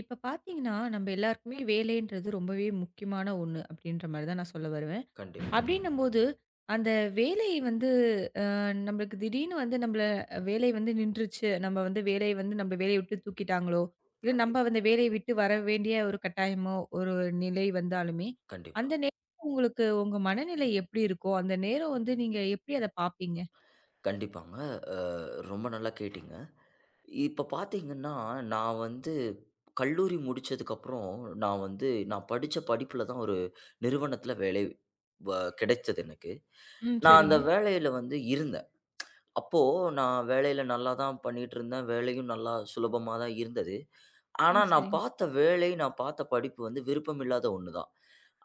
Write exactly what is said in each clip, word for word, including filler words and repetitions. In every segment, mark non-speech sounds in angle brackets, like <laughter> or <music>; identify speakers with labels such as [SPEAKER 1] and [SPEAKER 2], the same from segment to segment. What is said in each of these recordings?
[SPEAKER 1] இப்ப பார்த்தீங்கன்னா, நம்ம எல்லாருக்குமே வேலைன்றது ரொம்பவே முக்கியமான ஒண்ணு அப்படின்ற மாரி தான் நான் சொல்ல வருவேன்.
[SPEAKER 2] கண்டிப்பா,
[SPEAKER 1] அப்படின்னும்போது, அந்த வேலை வந்து அ நம்மளுக்கு திடீர்னு வந்து நம்மள வேலை வந்து நின்றுச்சு. நம்ம வந்து வேலைய வந்து நம்ம வேலைய விட்டு தூக்கிட்டாங்களோ, இல்ல நம்ம
[SPEAKER 2] கண்டிப்பா,
[SPEAKER 1] அந்த வேலைய விட்டு வர வேண்டிய ஒரு கட்டாயமோ, ஒரு நிலை வந்தாலுமே,
[SPEAKER 2] கண்டிப்பா,
[SPEAKER 1] அந்த நேரம் உங்களுக்கு உங்க மனநிலை எப்படி இருக்கோ, அந்த நேரம் வந்து நீங்க எப்படி அத பார்ப்பீங்க?
[SPEAKER 2] கண்டிப்பாங்க. அ ரொம்ப நல்லா கேட்டீங்க. இப்ப பார்த்தீங்கன்னா, நான் வந்து கல்லூரி முடிச்சதுக்கப்புறம், நான் வந்து நான் படிச்ச படிப்புல தான் ஒரு நிறுவனத்தில வேலை வ கிடைச்சது எனக்கு.
[SPEAKER 1] ம்.
[SPEAKER 2] நான்
[SPEAKER 1] சரிங்க.
[SPEAKER 2] அந்த வேலையில வந்து இருந்தேன். அப்போ நான் வேலையில நல்லா தான் பண்ணிட்டுருந்தேன். வேலையும் நல்லா சுலபமா தான் இருந்தது. ஆனா,
[SPEAKER 1] ம்.
[SPEAKER 2] நான்
[SPEAKER 1] சரிங்க.
[SPEAKER 2] பார்த்த வேலை, நான் பார்த்த படிப்பு வந்து விருப்பமில்லாத ஒண்ணு தான்.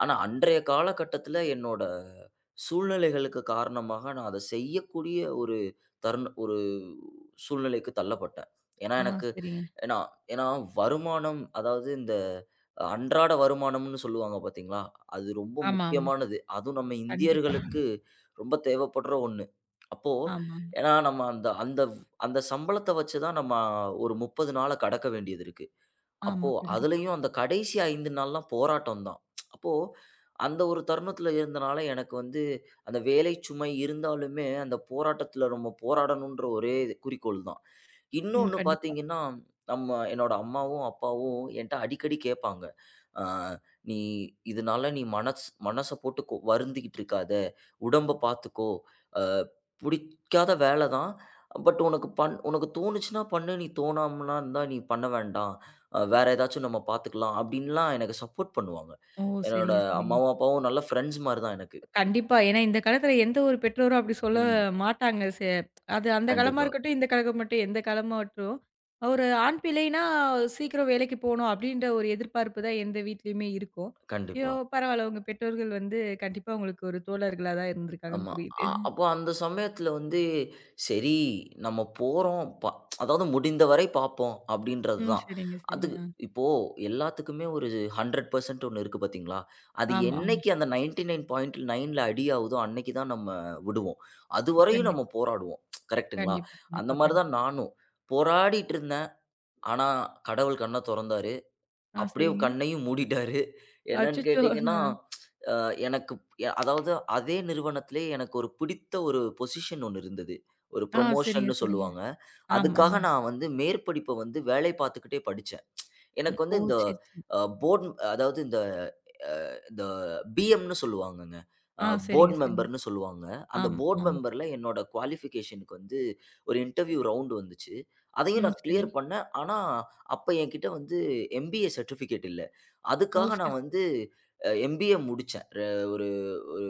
[SPEAKER 2] ஆனா, அன்றைய காலகட்டத்தில என்னோட சூழ்நிலைகளுக்கு காரணமாக நான் அத செய்யக்கூடிய ஒரு தருண ஒரு சூழ்நிலைக்கு தள்ளப்பட்டேன். ஏன்னா,
[SPEAKER 1] ஆ,
[SPEAKER 2] எனக்கு
[SPEAKER 1] சரிங்க.
[SPEAKER 2] ஏன்னா ஏன்னா வருமானம் அதாவது இந்த அன்றாட வருமானம்னு சொல்லுவாங்க பார்த்தீங்களா? அது ரொம்ப
[SPEAKER 1] ஆமா, ஆமா.
[SPEAKER 2] முக்கியமானது. அதுவும் நம்ம
[SPEAKER 1] கண்டிப்பா.
[SPEAKER 2] இந்தியர்களுக்கு ரொம்ப தேவைப்படுற ஒண்ணு. அப்போ
[SPEAKER 1] ஆமா, ஆமா.
[SPEAKER 2] ஏன்னா நம்ம அந்த அந்த அந்த சம்பளத்த வச்சு தான் நம்ம ஒரு முப்பது நாள கடக்க வேண்டியது இருக்கு.
[SPEAKER 1] ஆமா,
[SPEAKER 2] அப்போ
[SPEAKER 1] கண்டிப்பா.
[SPEAKER 2] அதுலயும் அந்த கடைசி ஐந்து நாள்லாம் போராட்டம் தான். அப்போ அந்த ஒரு தருணத்துல இருந்தனால எனக்கு வந்து அந்த வேலை சுமை இருந்தாலுமே, அந்த போராட்டத்துல நம்ம போராடணுன்ற ஒரே குறிக்கோள் தான்.
[SPEAKER 1] ம்.
[SPEAKER 2] இன்னொன்னு
[SPEAKER 1] கண்டிப்பா.
[SPEAKER 2] பார்த்தீங்கன்னா, நம்ம என்னோட அம்மாவும், அப்பாவும் என்ட்ட அடிக்கடி கேட்பாங்க. அ "நீ இதனால நீ மனசு மனச போட்டு கொ வருந்திக்கிட்டு இருக்காத. உடம்ப பார்த்துக்கோ. அ புடிக்காத வேல தான். பட் உனக்கு பண் உனக்கு தோணுச்சுன்னா பண்ணு. நீ தோணாமனா இருந்தா நீ பண்ண வேண்டாம். அ வேற ஏதாச்சும் நம்ம பார்த்துக்கலாம்." அப்படின்லாம் எனக்கு சப்போர்ட் பண்ணுவாங்க.
[SPEAKER 1] ஓ!
[SPEAKER 2] என்னோட
[SPEAKER 1] சரிங்க, சரிங்க.
[SPEAKER 2] அம்மாவும், அப்பாவும் நல்ல ஃப்ரெண்ட்ஸ் மாரி தான் எனக்கு.
[SPEAKER 1] கண்டிப்பா. ஏன்னா இந்த காலத்துல எந்த ஒரு பெற்றோரும் அப்படி சொல்ல
[SPEAKER 2] ம்.
[SPEAKER 1] மாட்டாங்க. செ அது அந்த காலமா
[SPEAKER 2] கண்டிப்பா,
[SPEAKER 1] இருக்கட்டும், இந்த காலம் மட்டும் எந்த காலமாகட்டும், ஒரு ஆண் பிள்ளைனா சீக்கிரம் வேலைக்கு போணும் அப்படின்ற ஒரு எதிர்பார்ப்பு தான் எந்த வீட்லயுமே இருக்கும். ஐயோ!
[SPEAKER 2] கண்டிப்பா.
[SPEAKER 1] பரவால்ல உங்க பெற்றோர்கள் வந்து கண்டிப்பா உங்களுக்கு ஒரு தோழர்களா தான் இருந்திருக்காங்கன்னு
[SPEAKER 2] ஆமா.
[SPEAKER 1] புரியுது.
[SPEAKER 2] அ அப்போ அந்த சமயத்துல வந்து, சரி நம்ம போறோம் ப அதாவது முடிந்தவரை பார்ப்போம் அப்படின்றது
[SPEAKER 1] ம்.
[SPEAKER 2] தான்.
[SPEAKER 1] சரிங்க,
[SPEAKER 2] அது
[SPEAKER 1] சரிங்க. ஆ.
[SPEAKER 2] இப்போ எல்லாத்துக்குமே ஒரு நூறு சதவீதம் ஒண்ணு இருக்கு பார்த்தீங்களா? அது
[SPEAKER 1] ஆமா, ஆமா.
[SPEAKER 2] என்னைக்கு அந்த 99.9ல அடி ஆவுதோ, அன்னைக்கு தான் நம்ம விடுவோம். அதுவரையும் நம்ம
[SPEAKER 1] கண்டிப்பா,
[SPEAKER 2] போராடுவோம். கரெக்ட்டுங்களா?
[SPEAKER 1] கண்டிப்பா,
[SPEAKER 2] அந்த
[SPEAKER 1] கண்டிப்பா,
[SPEAKER 2] மாரி
[SPEAKER 1] கண்டிப்பா.
[SPEAKER 2] தான் நானும். போராடிட்டு இருந்தேன். ஆனா கடவுள் கண்ண தொறந்தாரு.
[SPEAKER 1] ஆ,
[SPEAKER 2] அப்படியே
[SPEAKER 1] சரிங்க.
[SPEAKER 2] கண்ணையும் மூடிட்டாரு. என்னன்னு
[SPEAKER 1] அச்சச்சோ!
[SPEAKER 2] கேட்டீங்கன்னா எனக்கு எ அதாவது அதே நிறுவனத்திலே எனக்கு ஒரு பிடித்த ஒரு பொசிஷன் ஒண்ணு இருந்தது. ஒரு
[SPEAKER 1] ஆ, சரிங்க,
[SPEAKER 2] புரமோஷன்னு
[SPEAKER 1] சரிங்க.
[SPEAKER 2] சொல்லுவாங்க.
[SPEAKER 1] ஆமா,
[SPEAKER 2] அதுக்காக
[SPEAKER 1] ஆமா.
[SPEAKER 2] நான் வந்து மேற்படிப்ப வந்து வேலை பார்த்துக்கிட்டே படிச்சேன்.
[SPEAKER 1] ம்.
[SPEAKER 2] எனக்கு
[SPEAKER 1] ஓ!
[SPEAKER 2] வந்து இந்த
[SPEAKER 1] சரி, சரி.
[SPEAKER 2] அ போர்ட் அதாவது இந்த இந்த பிஎம்ன்னு சொல்லுவாங்கங்க. அ
[SPEAKER 1] ஆ, சரிங்க,
[SPEAKER 2] போர்ட்
[SPEAKER 1] சரிங்க.
[SPEAKER 2] மெம்பர்ன்னு சொல்லுவாங்க. அந்த
[SPEAKER 1] ஆமா,
[SPEAKER 2] போர்ட்
[SPEAKER 1] ஆமா.
[SPEAKER 2] மெம்பர்ல என்னோட குவாலிஃபிகேஷனுக்கு வந்து ஒரு இன்டர்வியூ ரவுண்ட் வந்துச்சு. அதையும்
[SPEAKER 1] ம்.
[SPEAKER 2] நான்
[SPEAKER 1] சரி.
[SPEAKER 2] கிளியர் பண்ணேன். ஆனா, அப்ப என்கிட்ட வந்து எம்பிஏ சர்டிஃபிகேட் இல்ல.
[SPEAKER 1] ஓ!
[SPEAKER 2] அதுக்காக
[SPEAKER 1] சரி,
[SPEAKER 2] நான்
[SPEAKER 1] சரி.
[SPEAKER 2] வந்து அ எம்பிஏ முடிச்சேன். ர ஒரு ஒரு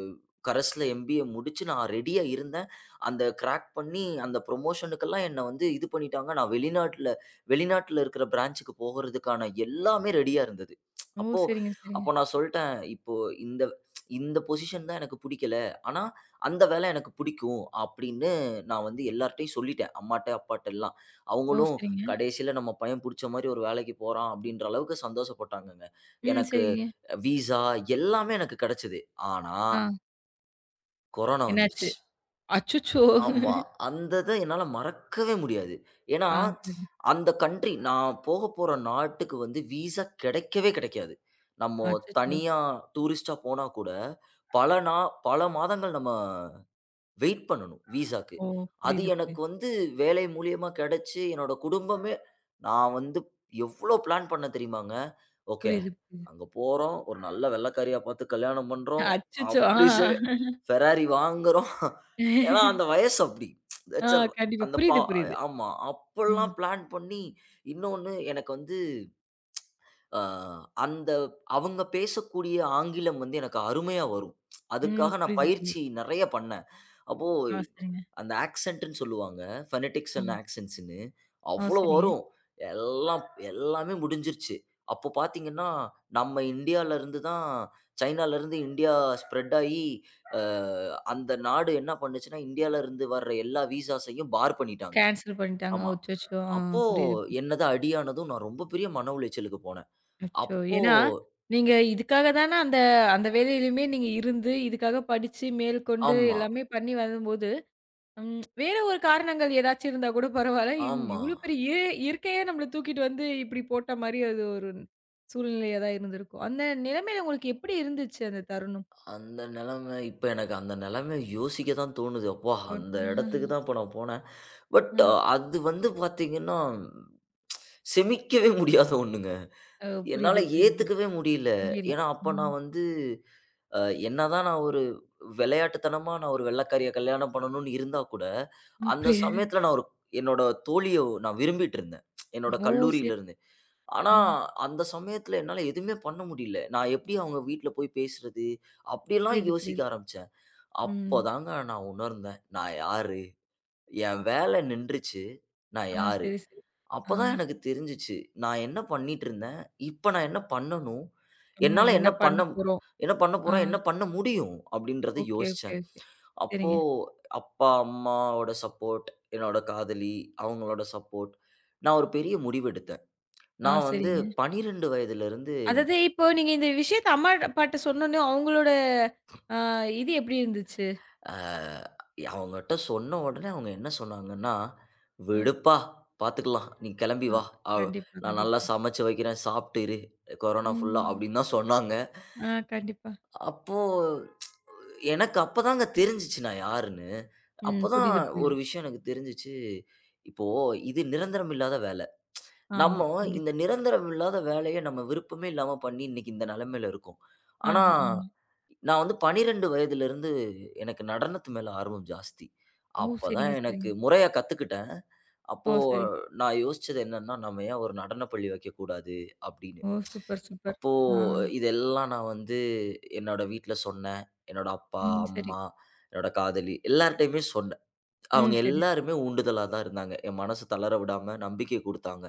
[SPEAKER 2] கரஸ்ல எம்பிஏ முடிச்சு நான் ரெடியா இருந்தேன். அந்த கிராக் பண்ணி அந்த புரமோஷனுக்கெல்லாம் என்ன வந்து இது பண்ணிட்டாங்க. நான் வெளிநாட்ல வெளிநாட்ல இருக்கிற பிரான்ச்சுக்கு போகறதுக்கான எல்லாமே ரெடியா இருந்தது.
[SPEAKER 1] ஓ!
[SPEAKER 2] அப்போ
[SPEAKER 1] சரிங்க, சரிங்க.
[SPEAKER 2] அப்போ நான் சொல்ட்டேன் இப்போ இந்த இந்த பொசிஷன் தான் எனக்கு புடிக்கல. ஆனா, அந்த வேலை எனக்கு புடிக்கும் அப்படின்னு நான் வந்து எல்லார்ட்டயும் சொல்லிட்டேன். அம்மாட்ட, அப்பாட்டலாம்.
[SPEAKER 1] ஓ!
[SPEAKER 2] அவங்களும்
[SPEAKER 1] சரிங்க.
[SPEAKER 2] கடைசியில நம்ம பையன் புடிச்ச மாரி ஒரு வேலைக்கு போறான் அப்படின்ற அளவுக்கு சந்தோஷப்பட்டாங்கங்க.
[SPEAKER 1] ம்.
[SPEAKER 2] எனக்கு
[SPEAKER 1] சரிங்க.
[SPEAKER 2] விசா எல்லாமே எனக்கு கிடைச்சது. ஆனா,
[SPEAKER 1] ஆ,
[SPEAKER 2] கொரோனா
[SPEAKER 1] என்னாச்சு?
[SPEAKER 2] வந்துருச்சு.
[SPEAKER 1] அச்சச்சோ!
[SPEAKER 2] ஆமா. அந்த இத என்னால மறக்கவே முடியாது. ஏன்னா,
[SPEAKER 1] ஆ, சரி.
[SPEAKER 2] அந்த கன்ட்ரி நான் போகப் போற நாட்டுக்கு வந்து விசா கிடைக்கவே கிடைக்காது. நம்ம
[SPEAKER 1] அச்சச்சோ!
[SPEAKER 2] தனியா டூரிஸ்ட்டா போனா கூட பல நா பல மாதங்கள் நம்ம வெயிட் பண்ணணும் விசாக்கு.
[SPEAKER 1] ஓ!
[SPEAKER 2] அது
[SPEAKER 1] புரியுது, புரியுது.
[SPEAKER 2] எனக்கு வந்து வேலை மூலியமா கிடைச்சு, என்னோட குடும்பமே நான் வந்து எவ்ளோ பிளான் பண்ணேன் தெரியுமாங்க? ஓகே,
[SPEAKER 1] புரியுது, புரியுது.
[SPEAKER 2] அங்க போறோம். ஒரு நல்ல வெள்ளைக்காரியா பார்த்து கல்யாணம் பண்றோம்.
[SPEAKER 1] அச்சச்சோ! ஆ.
[SPEAKER 2] அப்படி செ ஃபெராரி வாங்குறோம். <laughs> ஏன்னா அந்த வயசு அப்படி.
[SPEAKER 1] ஆ,
[SPEAKER 2] தட்ஸ் ஆல்.
[SPEAKER 1] கண்டிப்பா.
[SPEAKER 2] அந்த பா
[SPEAKER 1] புரியுது, புரியுது.
[SPEAKER 2] ஆமா.
[SPEAKER 1] ம்.
[SPEAKER 2] அப்பல்லாம் பிளான் பண்ணி, இன்னொன்னு எனக்கு வந்து அ அந்த அவங்க பேசக்கூடிய ஆங்கிலம் வந்து எனக்கு அருமையா வரும்.
[SPEAKER 1] ம்.
[SPEAKER 2] அதுக்காக நான்
[SPEAKER 1] புரியுது,
[SPEAKER 2] பயிற்சி
[SPEAKER 1] புரியுது.
[SPEAKER 2] நெறைய பண்ணேன். அப்போ
[SPEAKER 1] ஆ, சரிங்க.
[SPEAKER 2] அந்த ஆக்சென்ட்ன்னு சொல்லுவாங்க. Phonetics
[SPEAKER 1] ah.
[SPEAKER 2] அண்ட் ஆக்சென்ட்ஸ்ன்னு.
[SPEAKER 1] ஆ,
[SPEAKER 2] அவ்ளோ
[SPEAKER 1] சரிங்க.
[SPEAKER 2] வரும். எல்லாம் எல்லாமே முடிஞ்சிருச்சு. அப்போ பார்த்தீங்கன்னா, நம்ம இந்தியால இருந்து தான் சைனால இருந்து இந்தியா ஸ்ப்ரெட் ஆயி, அ அந்த நாடு என்ன பண்ணுச்சுன்னா, இந்தியால இருந்து வர்ற எல்லா விசாஸையும் பார் பண்ணிட்டாங்க.
[SPEAKER 1] கேன்சல் பண்ணிட்டாங்க.
[SPEAKER 2] ஆமா.
[SPEAKER 1] அச்சச்சோ! ஆ,
[SPEAKER 2] அப்போ
[SPEAKER 1] புரியுது. புரியுது.
[SPEAKER 2] என்னது அடியானதும் நான் ரொம்ப பெரிய மன உளைச்சலுக்கு போனேன்.
[SPEAKER 1] அச்சோ!
[SPEAKER 2] அப்போ
[SPEAKER 1] ஏன்னா, நீங்க இதுக்காக தானே அந்த அந்த வேலையிலயுமே நீங்க இருந்து, இதுக்காக படிச்சு மேற்கொண்டு
[SPEAKER 2] ஆமா.
[SPEAKER 1] எல்லாமே பண்ணி வரும்போது ம். வேற ஒரு காரணங்கள் ஏதாச்சும் இருந்தா கூட பரவால்ல. இந்
[SPEAKER 2] ஆமா.
[SPEAKER 1] இவ்ளோ பெரிய இய இயற்கையே நம்மள தூக்கிட்டு வந்து இப்டி போட்ட மாரி அது ஒரு சூழ்நிலையா தான் இருந்திருக்கும். அந்த நிலைமையில உங்களுக்கு எப்படி இருந்துச்சு அந்த தருணம்?
[SPEAKER 2] அந்த நெலைம இப்ப எனக்கு அந்த நெலைமை யோசிக்க தான் தோணுது. அப்பா!
[SPEAKER 1] ஒன்
[SPEAKER 2] அந்த இடத்துக்கு தான் இப்ப நான் போனேன். பட்
[SPEAKER 1] ஆ.
[SPEAKER 2] அது வந்து பார்த்தீங்கன்னா, செமிக்கவே முடியாத ஒண்ணுங்க.
[SPEAKER 1] ஓ!
[SPEAKER 2] என்னால
[SPEAKER 1] புரியுது, புரியுது, புரியுது.
[SPEAKER 2] ஏத்துக்கவே முடியல.
[SPEAKER 1] முடியல.
[SPEAKER 2] ஏன்னா, அப்ப
[SPEAKER 1] ம்.
[SPEAKER 2] நான் வந்து அ என்னதான் நான் ஒரு விளையாட்டுத்தனமா நான் ஒரு வெள்ளைக்காரிய கல்யாணம் பண்ணணும்னு இருந்தா கூட,
[SPEAKER 1] ம்.
[SPEAKER 2] அந்த
[SPEAKER 1] புரியுது.
[SPEAKER 2] சமயத்துல நான் ஒரு என்னோட தோழிய நான் விரும்பிட்டு இருந்தேன். என்னோட
[SPEAKER 1] ஓ! சரி.
[SPEAKER 2] கல்லூரியிலருந்து. ஆனா,
[SPEAKER 1] ம்.
[SPEAKER 2] அந்த சமயத்துல என்னால எதுவுமே பண்ண முடியல. நான் எப்படி அவங்க வீட்ல போய் பேசுறது? அப்படியெல்லாம்
[SPEAKER 1] புரியுது,
[SPEAKER 2] யோசிக்க
[SPEAKER 1] புரியுது.
[SPEAKER 2] ஆரம்பிச்சேன்.
[SPEAKER 1] ம்.
[SPEAKER 2] அப்பதாங்க நான் உணர்ந்தேன். நான் யாரு? என் வேலை நின்றுச்சு. நான்
[SPEAKER 1] ஆ.
[SPEAKER 2] யாரு?
[SPEAKER 1] சரி, சரி. ஆ.
[SPEAKER 2] அப்பதான் எனக்கு தெரிஞ்சுச்சு. நான் என்ன பண்ணிட்டு இருந்தேன்? இப்ப நான் என்ன பண்ணணும்?
[SPEAKER 1] ஆமா.
[SPEAKER 2] என்னால
[SPEAKER 1] என்ன
[SPEAKER 2] என்ன
[SPEAKER 1] பண்ண
[SPEAKER 2] பண்ண
[SPEAKER 1] போறோம்?
[SPEAKER 2] என்ன பண்ண
[SPEAKER 1] ஆ.
[SPEAKER 2] போறேன்? என்ன பண்ண முடியும்? அப்படின்றத
[SPEAKER 1] ஓகே, ஓகே,
[SPEAKER 2] யோசிச்சேன்.
[SPEAKER 1] ஓகே.
[SPEAKER 2] அப்போ
[SPEAKER 1] சரிங்க.
[SPEAKER 2] அப்பா, அம்மாவோட சப்போர்ட், என்னோட காதலி, அவங்களோட சப்போர்ட். நான் ஒரு பெரிய முடிவெடுத்தேன்.
[SPEAKER 1] ஆ,
[SPEAKER 2] நான் வந்து
[SPEAKER 1] சரிங்க.
[SPEAKER 2] பன்னிரண்டு வயதிலிருந்து
[SPEAKER 1] அதாவது இப்போ நீங்க இந்த விஷயத்த அம்மா, அப்பாட்ட சொன்னோனே அவங்களோட அ இது எப்படி இருந்துச்சு?
[SPEAKER 2] அ அவங்கட்ட சொன்ன உடனே அவங்க என்ன சொன்னாங்கன்னா, "விடுப்பா பார்த்துக்கலாம். நீ கிளம்பி
[SPEAKER 1] ஆஹா.
[SPEAKER 2] வா. அ
[SPEAKER 1] கண்டிப்பா,
[SPEAKER 2] நான் நல்லா
[SPEAKER 1] கண்டிப்பா.
[SPEAKER 2] சமைச்சு வைக்கிறேன். சாப்பிட்டு இரு. கொரோனா ஃபுல்லா"
[SPEAKER 1] ம்.
[SPEAKER 2] அப்படின்னு தான் சொன்னாங்க.
[SPEAKER 1] ஆ, கண்டிப்பா.
[SPEAKER 2] அப்போ எனக்கு அப்பதாங்க தெரிஞ்சுச்சு நான் யாருன்னு.
[SPEAKER 1] ம்.
[SPEAKER 2] அப்பதான்
[SPEAKER 1] புரியுது,
[SPEAKER 2] ஒரு
[SPEAKER 1] புரியுது.
[SPEAKER 2] விஷயம் எனக்கு தெரிஞ்சுச்சு. இப்போ இது நிரந்தரம் இல்லாத வேலை. நம்ம
[SPEAKER 1] ஆமா.
[SPEAKER 2] இந்த
[SPEAKER 1] கண்டிப்பா.
[SPEAKER 2] நிரந்தரம் இல்லாத வேலைய நம்ம விருப்பமே இல்லாம பண்ணி இன்னைக்கு இந்த நிலைமையில இருக்கோம். ஆனா,
[SPEAKER 1] ஆமா, ஆமா.
[SPEAKER 2] நான் வந்து பன்னிரண்டு வயதிலிருந்து எனக்கு நடனத்து மேல ஆர்வம் ஜாஸ்தி.
[SPEAKER 1] ஓ!
[SPEAKER 2] அப்பதான்
[SPEAKER 1] சரிங்க,
[SPEAKER 2] எனக்கு
[SPEAKER 1] சரிங்க.
[SPEAKER 2] முறையா கத்துக்கிட்டேன். அப்போ
[SPEAKER 1] ஓ! சரி.
[SPEAKER 2] நான் யோசிச்சது என்னன்னா, நம்ம ஏன் ஒரு நடனப் பள்ளி வைக்கக்கூடாது? அப்படின்னு.
[SPEAKER 1] ஓ! Super, super.
[SPEAKER 2] அப்போ
[SPEAKER 1] ஆ.
[SPEAKER 2] இதெல்லாம் நான் வந்து என்னோட வீட்ல சொன்னேன். என்னோட அப்பா,
[SPEAKER 1] ம். சரி.
[SPEAKER 2] அம்மா, என்னோட காதலி எல்லார்ட்டயுமே சொன்னேன்.
[SPEAKER 1] ம்.
[SPEAKER 2] அவங்க
[SPEAKER 1] சரி, சரி.
[SPEAKER 2] எல்லாருமே உண்டுதலா தான் இருந்தாங்க. என் மனசு தளர விடாம நம்பிக்கை குடுத்தாங்க.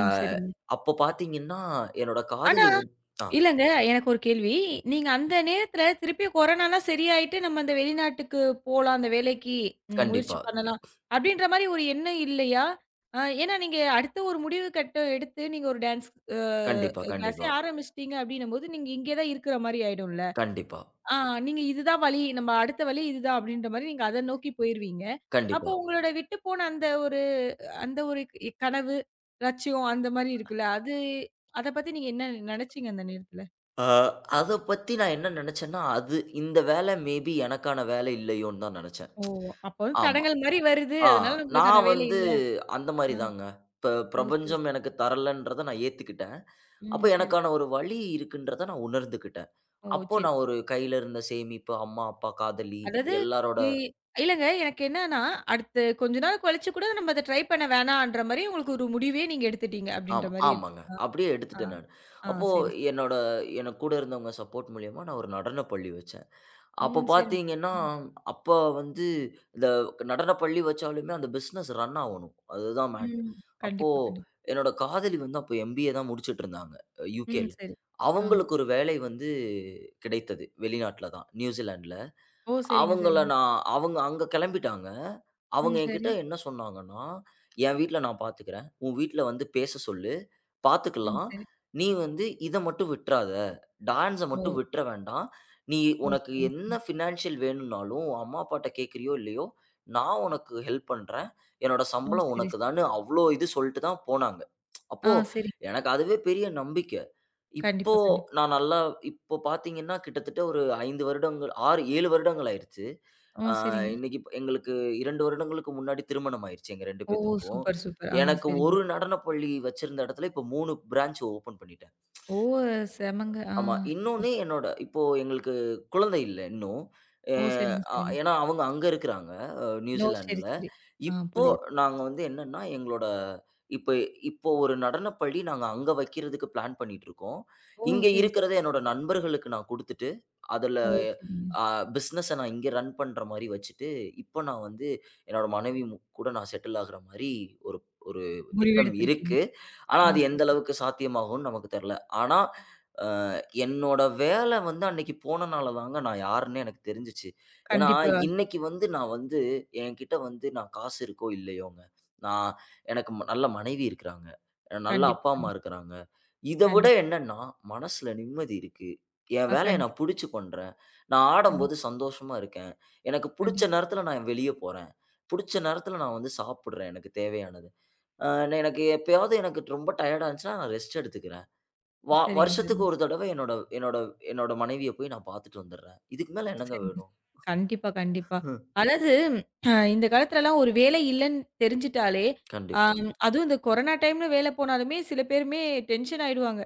[SPEAKER 2] அ
[SPEAKER 1] சரிங்க.
[SPEAKER 2] அப்போ பார்த்தீங்கன்னா, என்னோட
[SPEAKER 1] ஆனா
[SPEAKER 2] காதலி வந் ஆ
[SPEAKER 1] இல்லங்க. எனக்கு ஒரு கேள்வி. நீங்க அந்த நேரத்துல திருப்பி கொரோனாலாம் சரியாயிட்டு, நம்ம அந்த வெளிநாட்டுக்கு போலாம், அந்த வேலைக்கு ம், முயற்சி
[SPEAKER 2] கண்டிப்பா,
[SPEAKER 1] பண்ணலாம். அப்படின்ற மாரி ஒரு எண்ணம் இல்லையா? அ ஏன்னா நீங்க அடுத்த ஒரு முடிவு கட்டம் எடுத்து, நீங்க ஒரு டான்ஸ்
[SPEAKER 2] கண்டிப்பா,
[SPEAKER 1] அ கிளாஸே
[SPEAKER 2] கண்டிப்பா,
[SPEAKER 1] ஆரம்பிச்சுட்டீங்க அப்படின்னும்போது, நீங்க இங்கே தான் இருக்கிற மாரி ஆயிடும்ல.
[SPEAKER 2] கண்டிப்பா,
[SPEAKER 1] ஆ, நீங்க இதுதான் வழி, நம்ம அடுத்த வழி இதுதான் அப்படின்ற மாரி நீங்க அத நோக்கி போயிருவீங்க. அப்போ
[SPEAKER 2] கண்டிப்பா.
[SPEAKER 1] உங்களோட விட்டு போன அந்த ஒரு அந்த ஒரு கனவு, லட்சியம் அந்த மாரி இருக்குல்ல. அது அத பத்தி நீங்க என்ன நினைச்சீங்க அந்த நேரத்துல?
[SPEAKER 2] அ அத பத்தி நான் என்ன நெனச்சேன்னா, அது இந்த வேலை மேபி எனக்கான வேலை இல்லையோன்னு தான் நெனச்சேன்.
[SPEAKER 1] ஓ! அப்போ வந்து
[SPEAKER 2] ஆமா.
[SPEAKER 1] தடங்கல் மாரி வருது.
[SPEAKER 2] ஆ.
[SPEAKER 1] அதனால நம்மளுக்கான
[SPEAKER 2] நான்
[SPEAKER 1] வேலை
[SPEAKER 2] வந்து
[SPEAKER 1] இல்ல.
[SPEAKER 2] அந்த
[SPEAKER 1] ஆ.
[SPEAKER 2] மாரி தாங்க. இப்ப
[SPEAKER 1] ஓ! சரி,
[SPEAKER 2] பிரபஞ்சம்
[SPEAKER 1] சரி.
[SPEAKER 2] எனக்கு தரலன்றத நான் ஏத்துக்கிட்டேன். அப்ப
[SPEAKER 1] ம். சரி.
[SPEAKER 2] எனக்கான ஒரு வழி இருக்குன்றத நான் உணர்ந்துக்கிட்டேன்.
[SPEAKER 1] ஓ!
[SPEAKER 2] அப்போ
[SPEAKER 1] சரி.
[SPEAKER 2] நான் ஒரு கையில இருந்த சேமிப்பு, அம்மா, அப்பா, காதலி
[SPEAKER 1] அதாவது
[SPEAKER 2] எல்லாரோட
[SPEAKER 1] இ இல்லங்க. எனக்கு என்னன்னா, அடுத்து கொஞ்ச நாள் கழிச்சு கூட நம்ம அத ட்ரை பண்ண வேணான்ற மாரி உங்களுக்கு ஒரு முடிவே நீங்க எடுத்துட்டீங்க. அப்படின்ற
[SPEAKER 2] ஆமா,
[SPEAKER 1] மாரி.
[SPEAKER 2] ஆமாங்க.
[SPEAKER 1] ஆ,
[SPEAKER 2] அப்படியே
[SPEAKER 1] ஆ,
[SPEAKER 2] எடுத்துட்டேன் நானு.
[SPEAKER 1] ஆ.
[SPEAKER 2] அப்போ
[SPEAKER 1] சரி, சரி.
[SPEAKER 2] என்னோட எனக்கு கூட இருந்தவங்க சப்போர்ட் மூலியமா நான் ஒரு நடனப் பள்ளி வச்சேன். அப்ப
[SPEAKER 1] ம். சரி.
[SPEAKER 2] பார்த்தீங்கன்னா, அப்ப வந்து இந்த நடனப் பள்ளி வச்சாலுமே அந்த பிசினஸ் ரன் ஆவணும். அதுதான் மேட்
[SPEAKER 1] ம்.
[SPEAKER 2] அப்போ
[SPEAKER 1] கண்டிப்பா, கண்டிப்பா.
[SPEAKER 2] என்னோட காதலி வந்து அப்போ எம்பிஏ தான் முடிச்சுட்டுருந்தாங்க.
[SPEAKER 1] ம்.
[SPEAKER 2] யுகேல.
[SPEAKER 1] சரி. ஆ.
[SPEAKER 2] அவங்களுக்கு ஒரு வேலை வந்து கிடைத்தது. வெளிநாட்ல தான். நியூசிலாண்ட்ல.
[SPEAKER 1] ஓ! சரிங்க,
[SPEAKER 2] அவங்கள
[SPEAKER 1] சரிங்க.
[SPEAKER 2] நான் அவங்க அங்க கிளம்பிட்டாங்க.
[SPEAKER 1] ம்.
[SPEAKER 2] அவங்க என்கிட்ட
[SPEAKER 1] சரி.
[SPEAKER 2] என்ன சொன்னாங்கன்னா, "என் வீட்ல நான் பார்த்துக்கிறேன். உன் வீட்ல வந்து பேச சொல்லு.
[SPEAKER 1] ம்.
[SPEAKER 2] பார்த்துக்கலாம்.
[SPEAKER 1] சரி.
[SPEAKER 2] நீ வந்து இத மட்டும் விட்றாத. டான்ஸ மட்டும்
[SPEAKER 1] ஓ!
[SPEAKER 2] விட்ற வேண்டாம். நீ
[SPEAKER 1] ஓ!
[SPEAKER 2] உனக்கு
[SPEAKER 1] சரிங்க,
[SPEAKER 2] என்ன
[SPEAKER 1] சரிங்க.
[SPEAKER 2] ஃபினான்ஷியல் வேணும்னாலும், உன் அம்மா அப்பாட்ட கேட்கறியோ இல்லையோ, நான் உனக்கு ஹெல்ப் பண்றேன். என்னோட
[SPEAKER 1] ஓ!
[SPEAKER 2] சம்பளம்
[SPEAKER 1] சரி,
[SPEAKER 2] உனக்கு
[SPEAKER 1] சரி.
[SPEAKER 2] தான்னு" அவ்ளோ இது சொல்லிட்டு தான் போனாங்க.
[SPEAKER 1] ஆ.
[SPEAKER 2] அப்போ
[SPEAKER 1] சரி.
[SPEAKER 2] எனக்கு அதுவே பெரிய நம்பிக்கை. இப்
[SPEAKER 1] கண்டிப்பா, கண்டிப்பா.
[SPEAKER 2] நான் நல்லா இப்போ பார்த்தீங்கன்னா, கிட்டத்தட்ட ஒரு ஐந்து வருடங்கள் ஆறு, ஏழு வருடங்கள் ஆயிருச்சு.
[SPEAKER 1] ஓ!
[SPEAKER 2] ஆ
[SPEAKER 1] சரிங்க.
[SPEAKER 2] இன்னைக்கு இப் எங்களுக்கு இரண்டு வருடங்களுக்கு முன்னாடி திருமணம் ஆயிருச்சு எங்க இரண்டு
[SPEAKER 1] ஓ!
[SPEAKER 2] பேத்துக்கும்.
[SPEAKER 1] Super, super. ஆ.
[SPEAKER 2] எனக்கு
[SPEAKER 1] சரிங்க.
[SPEAKER 2] ஒரு நடனப்பள்ளி வச்சிருந்த இடத்துல, இப்ப மூன்று பிரான்ச் ஓப்பன் பண்ணிட்டேன்.
[SPEAKER 1] ஓ! செமங்க. ஆ,
[SPEAKER 2] ஆமா.
[SPEAKER 1] சூப்பர்,
[SPEAKER 2] இன்னொன்னு
[SPEAKER 1] சூப்பர்.
[SPEAKER 2] என்னோட இப்போ எங்களுக்கு குழந்தை இல்ல இன்னும். அ
[SPEAKER 1] ஓ! சரிங்க,
[SPEAKER 2] அ
[SPEAKER 1] சரிங்க.
[SPEAKER 2] ஏன்னா அவங்க அங்க இருக்கிறாங்க. அ
[SPEAKER 1] ஓ! சரி,
[SPEAKER 2] நியூசிலாந்துல.
[SPEAKER 1] சரி. ஆ,
[SPEAKER 2] இப்போ
[SPEAKER 1] புரியுது.
[SPEAKER 2] நாங்க வந்து என்னன்னா, எங்களோட இப்ப இப்போ ஒரு நடனப்பள்ளி நாங்க அங்க வைக்கிறதுக்கு பிளான் பண்ணிட்டுருக்கோம்.
[SPEAKER 1] ஓ!
[SPEAKER 2] இங்க
[SPEAKER 1] சரி, சரி.
[SPEAKER 2] இருக்கிறத என்னோட நண்பர்களுக்கு நான் குடுத்துட்டு, அதுல
[SPEAKER 1] ஓ! சரிங்க.
[SPEAKER 2] அ பிசினஸ நான் இங்க ரன் பண்ற மாரி வச்சுட்டு, இப்போ நான் வந்து என்னோட மனைவி மு கூட நான் செட்டில் ஆகுற மாரி ஒரு ஒரு திட்டம்
[SPEAKER 1] முடிவெடுத்திருக்கீங்க.
[SPEAKER 2] இருக்கு. ஆனா
[SPEAKER 1] ஆ,
[SPEAKER 2] அது எந்த
[SPEAKER 1] சரிங்க.
[SPEAKER 2] அளவுக்கு சாத்தியமாகும்னு நமக்கு தெர்ல. ஆனா என்னோட வேல வந்து அன்னைக்கு போனனால தாங்க நான் யாருன்னே எனக்கு தெரிஞ்சுச்சு. ஏன்னா,
[SPEAKER 1] கண்டிப்பா,
[SPEAKER 2] இன்னைக்கு வந்து நான் வந்து என்கிட்ட வந்து நான் காசு இருக்கோ இல்லையோங்க, நான் எனக்கு ம- நல்ல மனைவி இருக்கிறாங்க. நல்ல
[SPEAKER 1] கண்டிப்பா,
[SPEAKER 2] அப்பா, அம்மா
[SPEAKER 1] கண்டிப்பா,
[SPEAKER 2] இருக்கிறாங்க. இத விட
[SPEAKER 1] கண்டிப்பா.
[SPEAKER 2] என்னன்னா, மனசுல நிம்மதி இருக்கு. என்
[SPEAKER 1] ஆ,
[SPEAKER 2] வேலைய நான்
[SPEAKER 1] கண்டிப்பா,
[SPEAKER 2] புடிச்சு பண்றேன். நான் ஆடம்போது
[SPEAKER 1] கண்டிப்பா,
[SPEAKER 2] சந்தோஷமா இருக்கேன். எனக்கு புடிச்ச
[SPEAKER 1] கண்டிப்பா.
[SPEAKER 2] நேரத்துல நான் வெளிய போறேன். புடிச்ச நேரத்துல நான் வந்து சாப்பிடுறேன் எனக்கு தேவையானது. அ எனக்கு எப்பயாவது எனக்கு ரொம்ப டயர்டா இருந்துச்சுன்னா, நான் ரெஸ்ட் எடுத்துக்கிறேன். வா
[SPEAKER 1] சரிங்க,
[SPEAKER 2] வருஷத்துக்கு
[SPEAKER 1] சரிங்க,
[SPEAKER 2] ஒரு தடவ என்னோட என்னோட என்னோட மனைவிய போய் நான் பார்த்துட்டு வந்துர்றேன். இதுக்கு மேல என்னங்க
[SPEAKER 1] சரிங்க.
[SPEAKER 2] வேணும்?
[SPEAKER 1] கண்டிப்பா, கண்டிப்பா.
[SPEAKER 2] ம்.
[SPEAKER 1] அதாவது அ இந்த காலத்துலலாம் ஒரு வேலை இல்லன்னு தெரிஞ்சுட்டாலே, ஆ,
[SPEAKER 2] கண்டிப்பா,
[SPEAKER 1] அதுவும் இந்த கொரோனா டைம்ல வேல போனாலுமே சில பேருமே டென்ஷன் ஆயிடுவாங்க.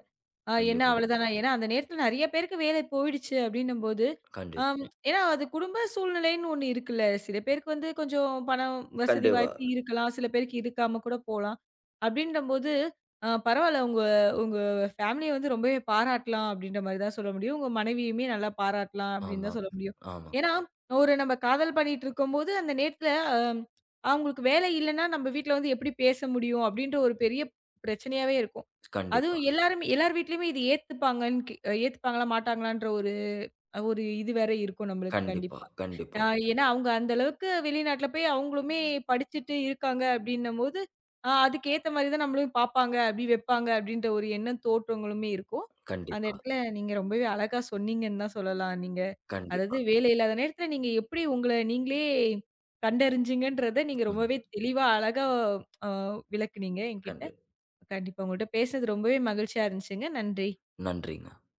[SPEAKER 1] ஆ, என்ன
[SPEAKER 2] கண்டிப்பா,
[SPEAKER 1] அவ்வளோதானா? ஏன்னா, அந்த நேரத்துல நெறைய பேருக்கு வேலை போயிடுச்சு அப்டின்னும்போது,
[SPEAKER 2] கண்டிப்பா,
[SPEAKER 1] ஆம், ஏன்னா அது குடும்ப சூழ்நிலைன்னு ஒண்ணு இருக்குல்ல. சில பேருக்கு வந்து கொஞ்சம் பணம், வசதி
[SPEAKER 2] கண்டிப்பா.
[SPEAKER 1] வாய்ப்பு இருக்கலாம். சில பேருக்கு இருக்காம கூட போலாம். அப்டின்றம்போது, அ பரவால்ல உங்க உங்க ஃபேமிலிய வந்து ரொம்பவே பாராட்டலாம் அப்டின்ற மாரி தான் சொல்ல முடியும். உங்க மனைவியுமே நல்லா பாராட்டலாம் அப்டின்னு
[SPEAKER 2] ஆமா,
[SPEAKER 1] தான் சொல்ல முடியும்.
[SPEAKER 2] ஆமா.
[SPEAKER 1] ஏன்னா, ஒரு நம்ம காதல் பண்ணிட்டுருக்கும்போது, அந்த நேரத்துல அ அவங்களுக்கு வேலை இல்லன்னா, நம்ம வீட்ல வந்து எப்டி பேச முடியும்? அப்டின்ற ஒரு பெரிய பிரச்சனையாவே இருக்கும்.
[SPEAKER 2] கண்டிப்பா,
[SPEAKER 1] அதுவும் எல்லாருமே எல்லார் வீட்லயுமே இது ஏத்துப்பாங்கன்னு கே ஏத்துப்பாங்களா, மாட்டாங்களான்ற ஒரு ஒரு இது வேற இருக்கும் நம்மளுக்கு
[SPEAKER 2] கண்டிப்பா,
[SPEAKER 1] கண்டிப்பா.
[SPEAKER 2] கண்டிப்பா,
[SPEAKER 1] அ ஏன்னா, அவங்க அந்த அளவுக்கு வெளிநாட்ல போய் அவங்களுமே படிச்சுட்டு இருக்காங்க அப்டின்னம்போது, அ அதுக்கு ஏத்த மாரி தான் நம்மளையும் பார்ப்பாங்க, அப்டி வைப்பாங்க அப்டின்ற ஒரு எண்ணம் தோற்றங்களுமே இருக்கும். அந்த
[SPEAKER 2] கண்டிப்பா,
[SPEAKER 1] இடத்துல நீங்க ரொம்பவே அழகா சொன்னீங்கன்னு தான் சொல்லலாம். நீங்க அதாவது
[SPEAKER 2] கண்டிப்பா.
[SPEAKER 1] வேலை இல்லாத நேரத்துல நீங்க எப்டி உங்கள நீங்களே கண்டறிஞ்சீங்கன்றத நீங்க
[SPEAKER 2] ம்.
[SPEAKER 1] ரொம்பவே தெளிவா, அழகா அ விளக்குனீங்க என்கிட்ட.
[SPEAKER 2] கண்டிப்
[SPEAKER 1] கண்டிப்பா. உங்கள்ட்ட பேசுனது ரொம்பவே மகிழ்ச்சியா இருந்துச்சுங்க. நன்றி.
[SPEAKER 2] நன்றிங்க.